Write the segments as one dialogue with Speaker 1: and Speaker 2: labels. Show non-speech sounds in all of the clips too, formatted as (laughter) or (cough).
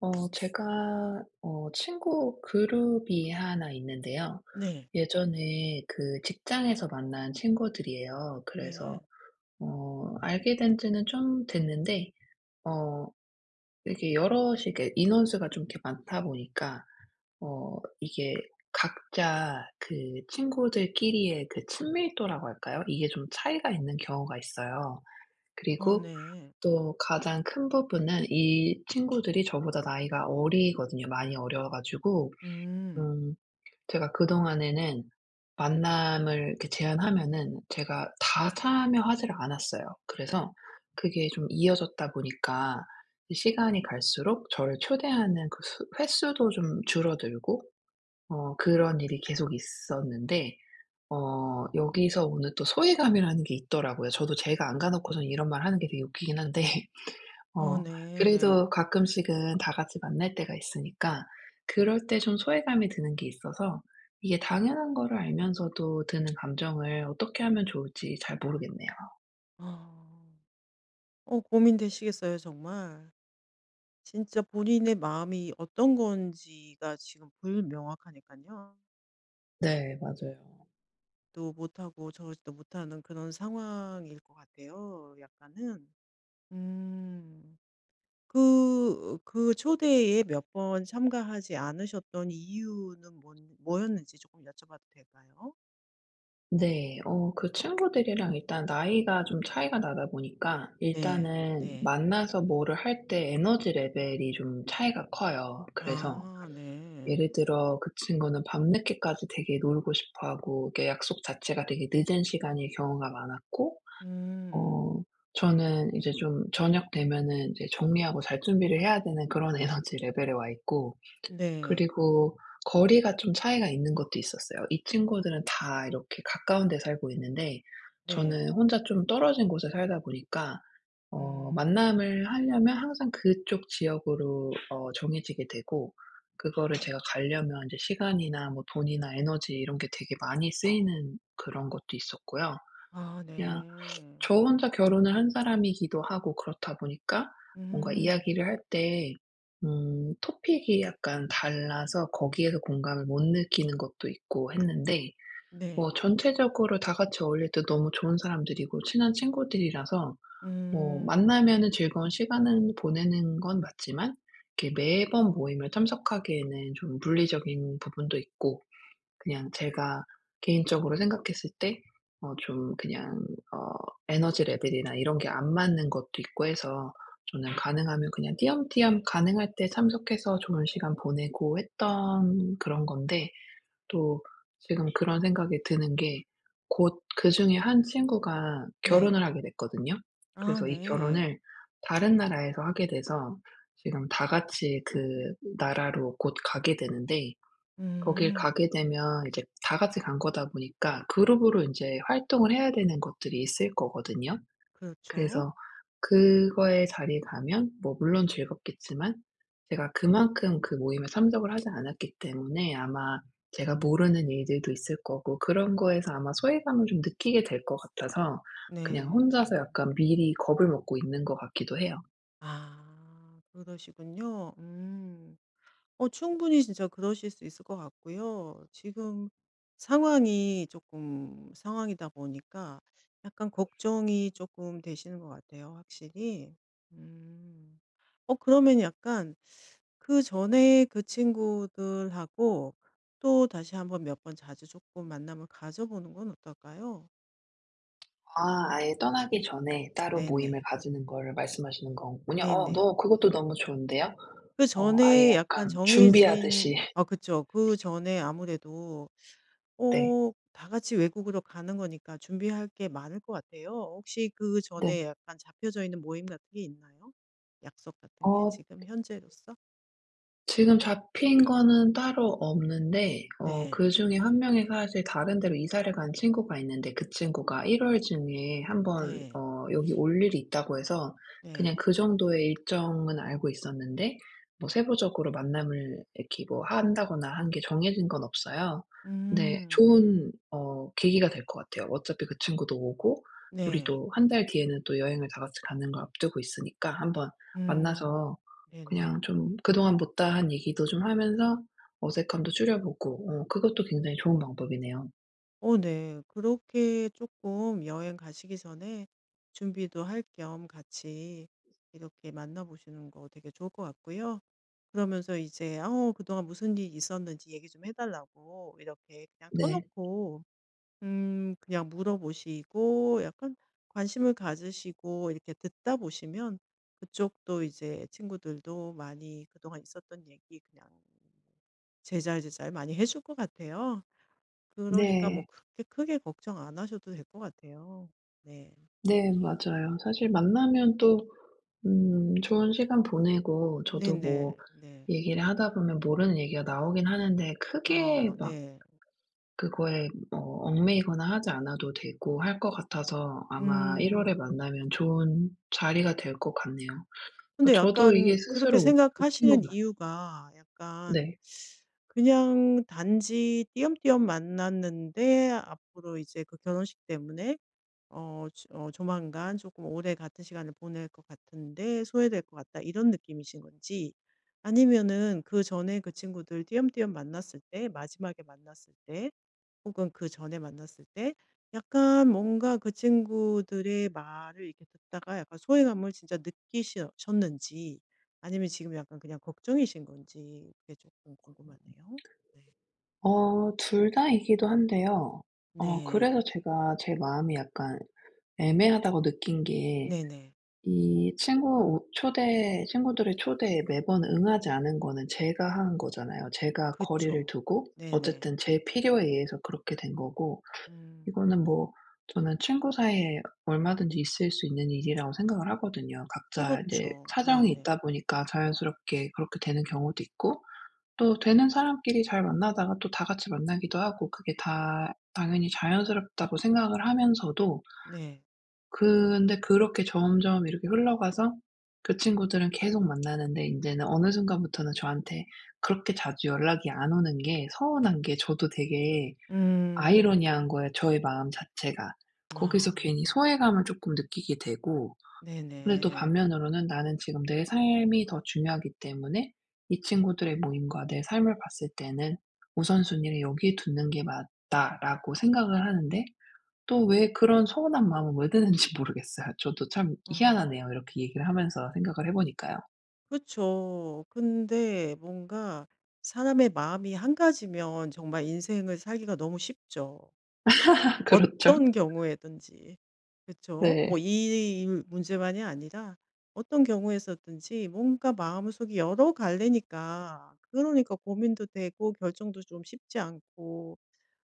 Speaker 1: 제가 친구 그룹이 하나 있는데요.
Speaker 2: 네.
Speaker 1: 예전에 그 직장에서 만난 친구들이에요.
Speaker 2: 네.
Speaker 1: 그래서 알게 된 지는 좀 됐는데 어 이렇게 여럿이 이게 인원수가 좀 이렇게 많다 보니까 이게 각자 그 친구들끼리의 그 친밀도라고 할까요? 이게 좀 차이가 있는 경우가 있어요.
Speaker 2: 어
Speaker 1: 그리고
Speaker 2: 네.
Speaker 1: 또 가장 큰 부분은 이 친구들이 저보다 나이가 어리거든요. 많이 어려 가지고
Speaker 2: 음.
Speaker 1: 음 제가 그동안에는 만남을 이렇게 제안하면은 제가 다 참여하지를 않았어요. 그래서 그게 좀 이어졌다 보니까 이 시간이 갈수록 저를 초대하는 그 수 횟수도 좀 줄어들고 그런 일이 계속 있었는데 여기서 오는 또 소외감이라는 게 있더라고요. 저도 제가 안 가 놓고선 이런 말하는 게 되게 웃기긴 한데
Speaker 2: 어
Speaker 1: 어
Speaker 2: 네.
Speaker 1: 그래도 가끔씩은 다 같이 만날 때가 있으니까 그럴 때 좀 소외감이 드는 게 있어서 이게 당연한 거를 알면서도 드는 감정을 어떻게 하면 좋을지 잘 모르겠네요.
Speaker 2: 아. 어, 고민되시겠어요 정말. 진짜 본인의 마음이 어떤 건지가 지금 불명확하니깐요.
Speaker 1: 네, 맞아요.
Speaker 2: 또 못하고 저러지도 못하는 그런 상황일 것 같아요, 약간은. 음. 그 초대에 몇 번 참가하지 않으셨던 이유는 뭔 뭐였는지 조금 여쭤봐도 될까요?
Speaker 1: 네. 그 친구들이랑 일단 나이가 좀 차이가 나다 보니까
Speaker 2: 네.
Speaker 1: 일단은
Speaker 2: 네.
Speaker 1: 만나서 뭐를 할 때 에너지 레벨이 좀 차이가 커요. 그래서
Speaker 2: 아 네.
Speaker 1: 예를 들어 그 친구는 밤늦게까지 되게 놀고 싶어 하고 이게 약속 자체가 되게 늦은 시간일 경우가 많았고
Speaker 2: 음.
Speaker 1: 어 저는 이제 좀 저녁 되면은 이제 정리하고 잘 준비를 해야 되는 그런 (laughs) 에너지 레벨에 와 있고,
Speaker 2: 네.
Speaker 1: 그리고 거리가 좀 차이가 있는 것도 있었어요. 이 친구들은 다 이렇게 가까운 데 살고 있는데
Speaker 2: 네.
Speaker 1: 저는 혼자 좀 떨어진 곳에 살다 보니까
Speaker 2: 음.
Speaker 1: 만남을 하려면 항상 그쪽 지역으로 정해지게 되고, 그거를 제가 가려면 이제 시간이나 뭐 돈이나 에너지 이런 게 되게 많이 쓰이는 그런 것도 있었고요.
Speaker 2: 아
Speaker 1: 그냥
Speaker 2: 네.
Speaker 1: 저 혼자 결혼을 한 사람이기도 하고 그렇다 보니까 뭔가
Speaker 2: 음.
Speaker 1: 이야기를 할 때 토픽이 약간 달라서 거기에서 공감을 못 느끼는 것도 있고 했는데, 뭐
Speaker 2: 네.
Speaker 1: 전체적으로 다 같이 어울릴 때 너무 좋은 사람들이고 친한 친구들이라서 뭐
Speaker 2: 음.
Speaker 1: 만나면은 즐거운 시간을 보내는 건 맞지만 이렇게 매번 모임을 참석하기에는 좀 물리적인 부분도 있고, 그냥 제가 개인적으로 생각했을 때 어 좀 그냥 어 에너지 레벨이나 이런 게 안 맞는 것도 있고 해서 저는 가능하면 그냥 띄엄띄엄 가능할 때 참석해서 좋은 시간 보내고 했던 그런 건데, 또 지금 그런 생각이 드는 게 곧 그중에 한 친구가
Speaker 2: 네.
Speaker 1: 결혼을 하게 됐거든요.
Speaker 2: 아
Speaker 1: 그래서 이
Speaker 2: 네.
Speaker 1: 결혼을 다른 나라에서 하게 돼서 지금 다 같이 그 나라로 곧 가게 되는데, 거길
Speaker 2: 음.
Speaker 1: 가게 되면 이제 다 같이 간 거다 보니까 그룹으로 인제 활동을 해야 되는 것들이 있을 거거든요.
Speaker 2: 그렇죠.
Speaker 1: 그래서 그거의 자리에 가면 뭐 물론 즐겁겠지만 제가 그만큼 그 모임에 참석을 하지 않았기 때문에 아마 제가 모르는 일들도 있을 거고, 그런 거에서 아마 소외감을 좀 느끼게 될 것 같아서 그냥
Speaker 2: 네.
Speaker 1: 혼자서 약간 미리 겁을 먹고 있는 것 같기도 해요.
Speaker 2: 아, 그러시군요. 음. 어, 충분히 진짜 그러실 수 있을 것 같고요. 지금 상황이 조금 상황이다 보니까 약간 걱정이 조금 되시는 것 같아요, 확실히. 음. 어, 그러면 약간 그전에 그 친구들하고 또 다시 한번 몇 번 자주 조금 만남을 가져보는 건 어떨까요?
Speaker 1: 아, 아예 떠나기 전에 따로 모임을
Speaker 2: 네네.
Speaker 1: 가지는 거를 말씀하시는 거군요. 어
Speaker 2: 네네.
Speaker 1: 너 그것도 너무 좋은데요. 아예
Speaker 2: 그전에
Speaker 1: 약간
Speaker 2: 약간 정해진,
Speaker 1: 준비하듯이.
Speaker 2: 아
Speaker 1: (laughs)
Speaker 2: 그쵸. 그전에 아무래도
Speaker 1: 네.
Speaker 2: 어, 다 같이 외국으로 가는 거니까 준비할 게 많을 것 같아요. 혹시
Speaker 1: 네.
Speaker 2: 그전에 약간 잡혀져 있는 모임 같은 게 있나요? 약속 같은 게
Speaker 1: 어
Speaker 2: 지금 현재로서?
Speaker 1: 지금 잡힌 거는 따로 없는데
Speaker 2: 네.
Speaker 1: 그중에 한 명이 사실 다른 데로 이사를 간 친구가 있는데, 그 친구가 1월 중에 한번
Speaker 2: 네.
Speaker 1: 여기 올 일이 있다고 해서
Speaker 2: 네.
Speaker 1: 그냥 그 정도의 일정은 알고 있었는데, 뭐 세부적으로 만남을 이렇게 뭐 한다거나 한 게 정해진 건 없어요. 근데
Speaker 2: 음.
Speaker 1: 좋은 계기가 될 것 같아요. 어차피 그 친구도 오고 우리
Speaker 2: 네.
Speaker 1: 도 한 달 뒤에는 또 여행을 다 같이 가는 걸 앞두고 있으니까 한번
Speaker 2: 음.
Speaker 1: 만나서 그냥
Speaker 2: 네네.
Speaker 1: 좀 그동안 못다한 얘기도 좀 하면서 어색함도 줄여보고, 그것도 굉장히 좋은 방법이네요.
Speaker 2: 어 네. 그렇게 조금 여행 가시기 전에 준비도 할 겸 같이 이렇게 만나 보시는 거 되게 좋을 것 같고요. 그러면서 이제 어, 그동안 무슨 일이 있었는지 얘기 좀 해 달라고 이렇게 그냥
Speaker 1: 네.
Speaker 2: 터놓고, 그냥 물어보시고 약간 관심을 가지시고 이렇게 듣다 보시면 그쪽도 이제 친구들도 많이 그동안 있었던 얘기 그냥 제잘제잘 많이 해줄 것 같아요. 그러니까 뭐
Speaker 1: 네.
Speaker 2: 그렇게 크게 걱정 안 하셔도 될 것 같아요. 네.
Speaker 1: 네, 맞아요. 사실 만나면 또 좋은 시간 보내고 저도 뭐
Speaker 2: 네네. 네.
Speaker 1: 얘기를 하다 보면 모르는 얘기가 나오긴 하는데, 크게
Speaker 2: 아
Speaker 1: 막
Speaker 2: 네.
Speaker 1: 그거에 얽매이거나 하지 않아도 되고 할 것 같아서 아마 1 월에
Speaker 2: 음.
Speaker 1: 만나면 좋은 자리가 될 것 같네요. 그러니까
Speaker 2: 근데
Speaker 1: 저도 이게
Speaker 2: 약간 그렇게
Speaker 1: 스스로 못 푼 것
Speaker 2: 생각하시는
Speaker 1: 같
Speaker 2: 이유가 약간,
Speaker 1: 네.
Speaker 2: 그냥 단지 띄엄띄엄 만났는데 앞으로 이제 그 결혼식 때문에 어, 조만간 조금 오래 같은 시간을 보낼 것 같은데 소외될 것 같다 이런 느낌이신 건지, 아니면은 그 전에 그 친구들 띄엄띄엄 만났을 때 마지막에 만났을 때 혹은 그전에 만났을 때 약간 뭔가 그 친구들의 말을 이렇게 듣다가 약간 소외감을 진짜 느끼셨는지 아니면 지금 약간 그냥 걱정이신 건지, 그게 조금 궁금하네요. 네.
Speaker 1: 둘 다이기도 한데요.
Speaker 2: 네.
Speaker 1: 그래서 제가 제 마음이 약간 애매하다고 느낀 게,
Speaker 2: 네네.
Speaker 1: 이 친구 오 초대 친구들의 초대에 매번 응하지 않은 거는 제가 한 거잖아요. 제가 거리를
Speaker 2: 그쵸.
Speaker 1: 두고
Speaker 2: 네네.
Speaker 1: 어쨌든 제 필요에 의해서 그렇게 된 거고,
Speaker 2: 음.
Speaker 1: 이거는 뭐 저는 친구 사이에 얼마든지 있을 수 있는 일이라고 생각을 하거든요. 각자 이제
Speaker 2: 그렇죠.
Speaker 1: 사정이
Speaker 2: 네네.
Speaker 1: 있다 보니까 자연스럽게 그렇게 되는 경우도 있고, 또 되는 사람끼리 잘 만나다가 또 다 같이 만나기도 하고 그게 다 당연히 자연스럽다고 생각을 하면서도,
Speaker 2: 네.
Speaker 1: 근데 그렇게 점점 이렇게 흘러가서 그 친구들은 계속 만나는데 인제는 어느 순간부터는 저한테 그렇게 자주 연락이 안 오는 게 서운한 게, 저도 되게 아이러니한
Speaker 2: 음.
Speaker 1: 거예요, 저의 마음 자체가. 거기서
Speaker 2: 아.
Speaker 1: 괜히 소외감을 쪼끔 느끼게 되고, 근데 또
Speaker 2: 네네.
Speaker 1: 반면으로는 나는 지금 내 삶이 더 중요하기 때문에 이 친구들의 모임과 내 삶을 봤을 때는 '우선순위를 여기에 두는 게 맞다.'라고 생각을 하는데, 또 왜 그런 서운한 마음은 왜 드는지 (laughs) 모르겠어요. 저도 참
Speaker 2: 어.
Speaker 1: 희한하네요. 이렇게 얘기를 하면서 생각을 해 보니까요.
Speaker 2: 그렇죠, 근데 뭔가 사람의 마음이 한 가지면 정말 인생을 살기가 너무 쉽죠.
Speaker 1: (laughs) 그렇죠.
Speaker 2: 어떤 경우에든지. 그죠뭐
Speaker 1: 네.
Speaker 2: 이 일 문제만이 아니라 어떤 경우에서든지 뭔가 마음속이 여러 갈래니까, 그러니까 고민도 되고 결정도 좀 쉽지 않고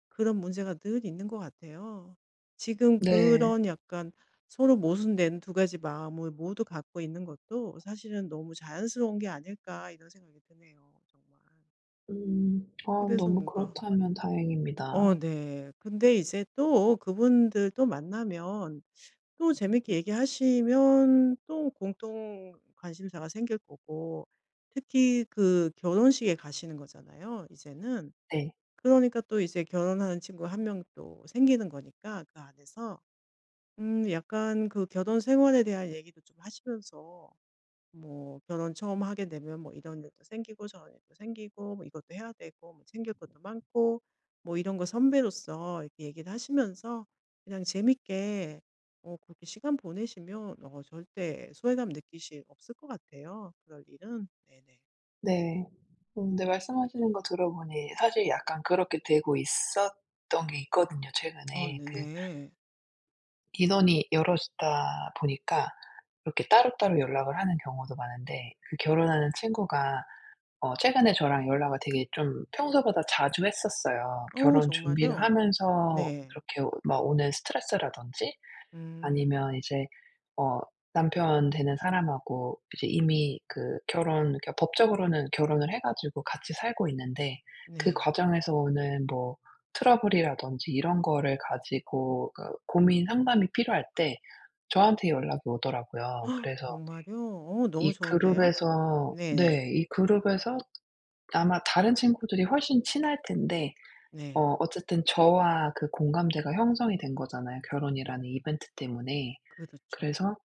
Speaker 2: 그런 문제가 늘 있는 것 같아요. 지금
Speaker 1: 네.
Speaker 2: 그런 약간 서로 모순된 두 가지 마음을 모두 갖고 있는 것도 사실은 '너무 자연스러운 게 아닐까.' 이런 생각이 드네요, 정말.
Speaker 1: 음. 아,
Speaker 2: 그래서
Speaker 1: 너무
Speaker 2: 뭔가
Speaker 1: 그렇다면
Speaker 2: 어
Speaker 1: 다행입니다.
Speaker 2: 네. 근데 이제 또 그분들 또 만나면 또 재밌게 얘기하시면 또 공통 관심사가 생길 거고, 특히 그 결혼식에 가시는 거잖아요 이제는.
Speaker 1: 네.
Speaker 2: 그러니까 또 이제 결혼하는 친구 한 명 또 생기는 거니까 그 안에서 약간 그 결혼 생활에 대한 얘기도 좀 하시면서 뭐 결혼 처음 하게 되면 뭐 이런 일도 생기고 저런 일도 생기고 뭐 이것도 해야 되고 뭐 챙길 것도 많고 뭐 이런 거 선배로서 이렇게 얘기를 하시면서 그냥 재밌게, 어, 그렇게 시간 보내시면 어, 절대 소외감 느끼실 없을 것 같아요, 그럴 일은. 네네.
Speaker 1: 네. 근데 말씀하시는 거 들어보니 사실 약간 그렇게 되고 있었던 게 있거든요,
Speaker 2: 어
Speaker 1: 최근에.
Speaker 2: 네네.
Speaker 1: 인원이 여럿이다 보니까 이렇게 따로따로 연락을 하는 경우도 많은데, 그 결혼하는 친구가 최근에 저랑 연락을 되게 좀 평소보다 자주 했었어요.
Speaker 2: 어
Speaker 1: 결혼 준비를
Speaker 2: 정말요?
Speaker 1: 하면서
Speaker 2: 네.
Speaker 1: 그렇게 막 오는 스트레스라든지, 아니면
Speaker 2: 음.
Speaker 1: 이제 어 남편 되는 사람하고 이제 이미 그 결혼, 그러니까 법적으로는 결혼을 해 가지고 같이 살고 있는데, 그
Speaker 2: 네.
Speaker 1: 과정에서 오는 뭐 트러블이라든지 이런 거를 가지고 그 고민 상담이 필요할 때 저한테 연락이 오더라고요.
Speaker 2: 헉,
Speaker 1: 그래서
Speaker 2: 정말요? 어 너무
Speaker 1: 이
Speaker 2: 좋은데요?
Speaker 1: 그룹에서, 네,
Speaker 2: 네네.
Speaker 1: 이 그룹에서 아마 다른 친구들이 훨씬 친할 텐데,
Speaker 2: 네.
Speaker 1: 어쨌든 저와 그 공감대가 형성이 된 거잖아요, 결혼이라는 이벤트 때문에.
Speaker 2: 그렇죠.
Speaker 1: 그래서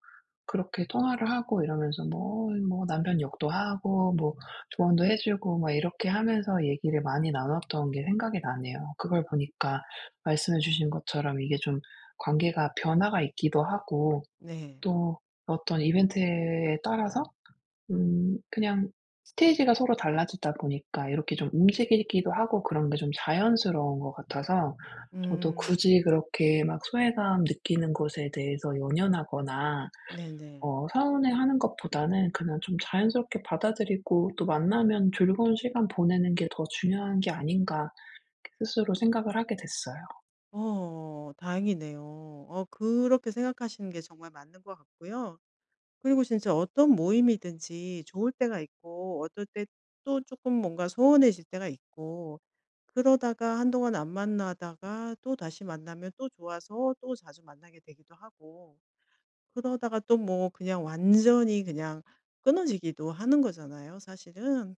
Speaker 1: 그렇게 통화를 하고 이러면서 뭐, 남편 욕도 하고 뭐 조언도 해 주고 막 이렇게 하면서 얘기를 많이 나눴던 게 생각이 나네요. 그걸 보니까 말씀해 주신 것처럼 이게 좀 관계가 변화가 있기도 하고,
Speaker 2: 네.
Speaker 1: 또 어떤 이벤트에 따라서 그냥 스테이지가 서로 달라지다 보니까 이렇게 좀 움직이기도 하고, 그런 게 좀 자연스러운 것 같아서 저도
Speaker 2: 음.
Speaker 1: 굳이 그렇게 막 소외감 느끼는 것에 대해서 연연하거나
Speaker 2: 네네.
Speaker 1: 서운해 하는 것보다는 그냥 좀 자연스럽게 받아들이고 또 만나면 즐거운 시간 보내는 게 더 중요한 게 아닌가 스스로 생각을 하게 됐어요.
Speaker 2: 어 다행이네요. 어, 그렇게 생각하시는 게 정말 맞는 것 같고요. 그리고 진짜 어떤 모임이든지 좋을 때가 있고 어떨 때 또 조금 뭔가 소원해질 때가 있고, 그러다가 한동안 안 만나다가 또다시 만나면 또 좋아서 또 자주 만나게 되기도 하고, 그러다가 또 뭐 그냥 완전히 그냥 끊어지기도 하는 거잖아요, 사실은.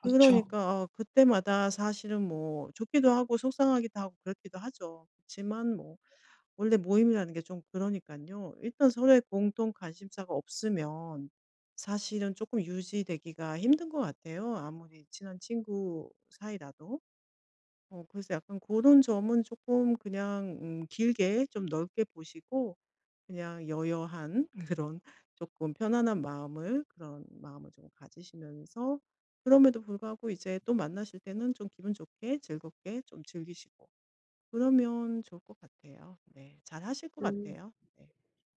Speaker 1: 그렇죠.
Speaker 2: 그러니까 어, 그때마다 사실은 뭐 좋기도 하고 속상하기도 하고 그렇기도 하죠. 그렇지만 뭐 원래 모임이라는 게 좀 그러니까요, 일단 서로의 공통 관심사가 없으면 사실은 조금 유지되기가 힘든 것 같아요, 아무리 친한 친구 사이라도. 어, 그래서 약간 그런 점은 조금 그냥 길게 좀 넓게 보시고 그냥 여여한 그런 조금 편안한 마음을 그런 마음을 좀 가지시면서 그럼에도 불구하고 이제 또 만나실 때는 좀 기분 좋게 즐겁게 좀 즐기시고 그러면 좋을 것 같아요. 네. 잘하실 것
Speaker 1: 음.
Speaker 2: 같아요. 네.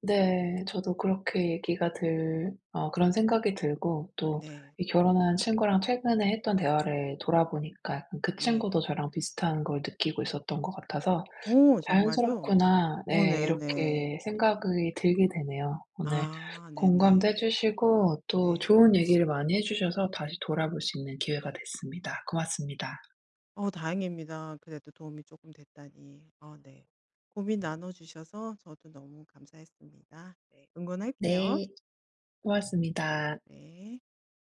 Speaker 1: 네. 저도 그렇게 얘기가 들 어 그런 생각이 들고, 또
Speaker 2: 네.
Speaker 1: 이 결혼한 친구랑 최근에 했던 대화를 돌아보니까 약간 그
Speaker 2: 네.
Speaker 1: 친구도 저랑 비슷한 걸 느끼고 있었던 것 같아서
Speaker 2: 오, 정말요?
Speaker 1: 자연스럽구나.
Speaker 2: 오
Speaker 1: 네.
Speaker 2: 네네.
Speaker 1: 이렇게 생각이 들게 되네요. 오늘
Speaker 2: 아 네네.
Speaker 1: 공감도 해
Speaker 2: 네.
Speaker 1: 주시고 또
Speaker 2: 네.
Speaker 1: 좋은 얘기를 많이 해 주셔서 다시 돌아볼 수 있는 기회가 됐습니다. 고맙습니다.
Speaker 2: 어 다행입니다. 그래도 도움이 조금 됐다니. 어 네. 고민 나눠 주셔서 저도 너무 감사했습니다. 네. 응원할게요.
Speaker 1: 네. 고맙습니다.
Speaker 2: 네.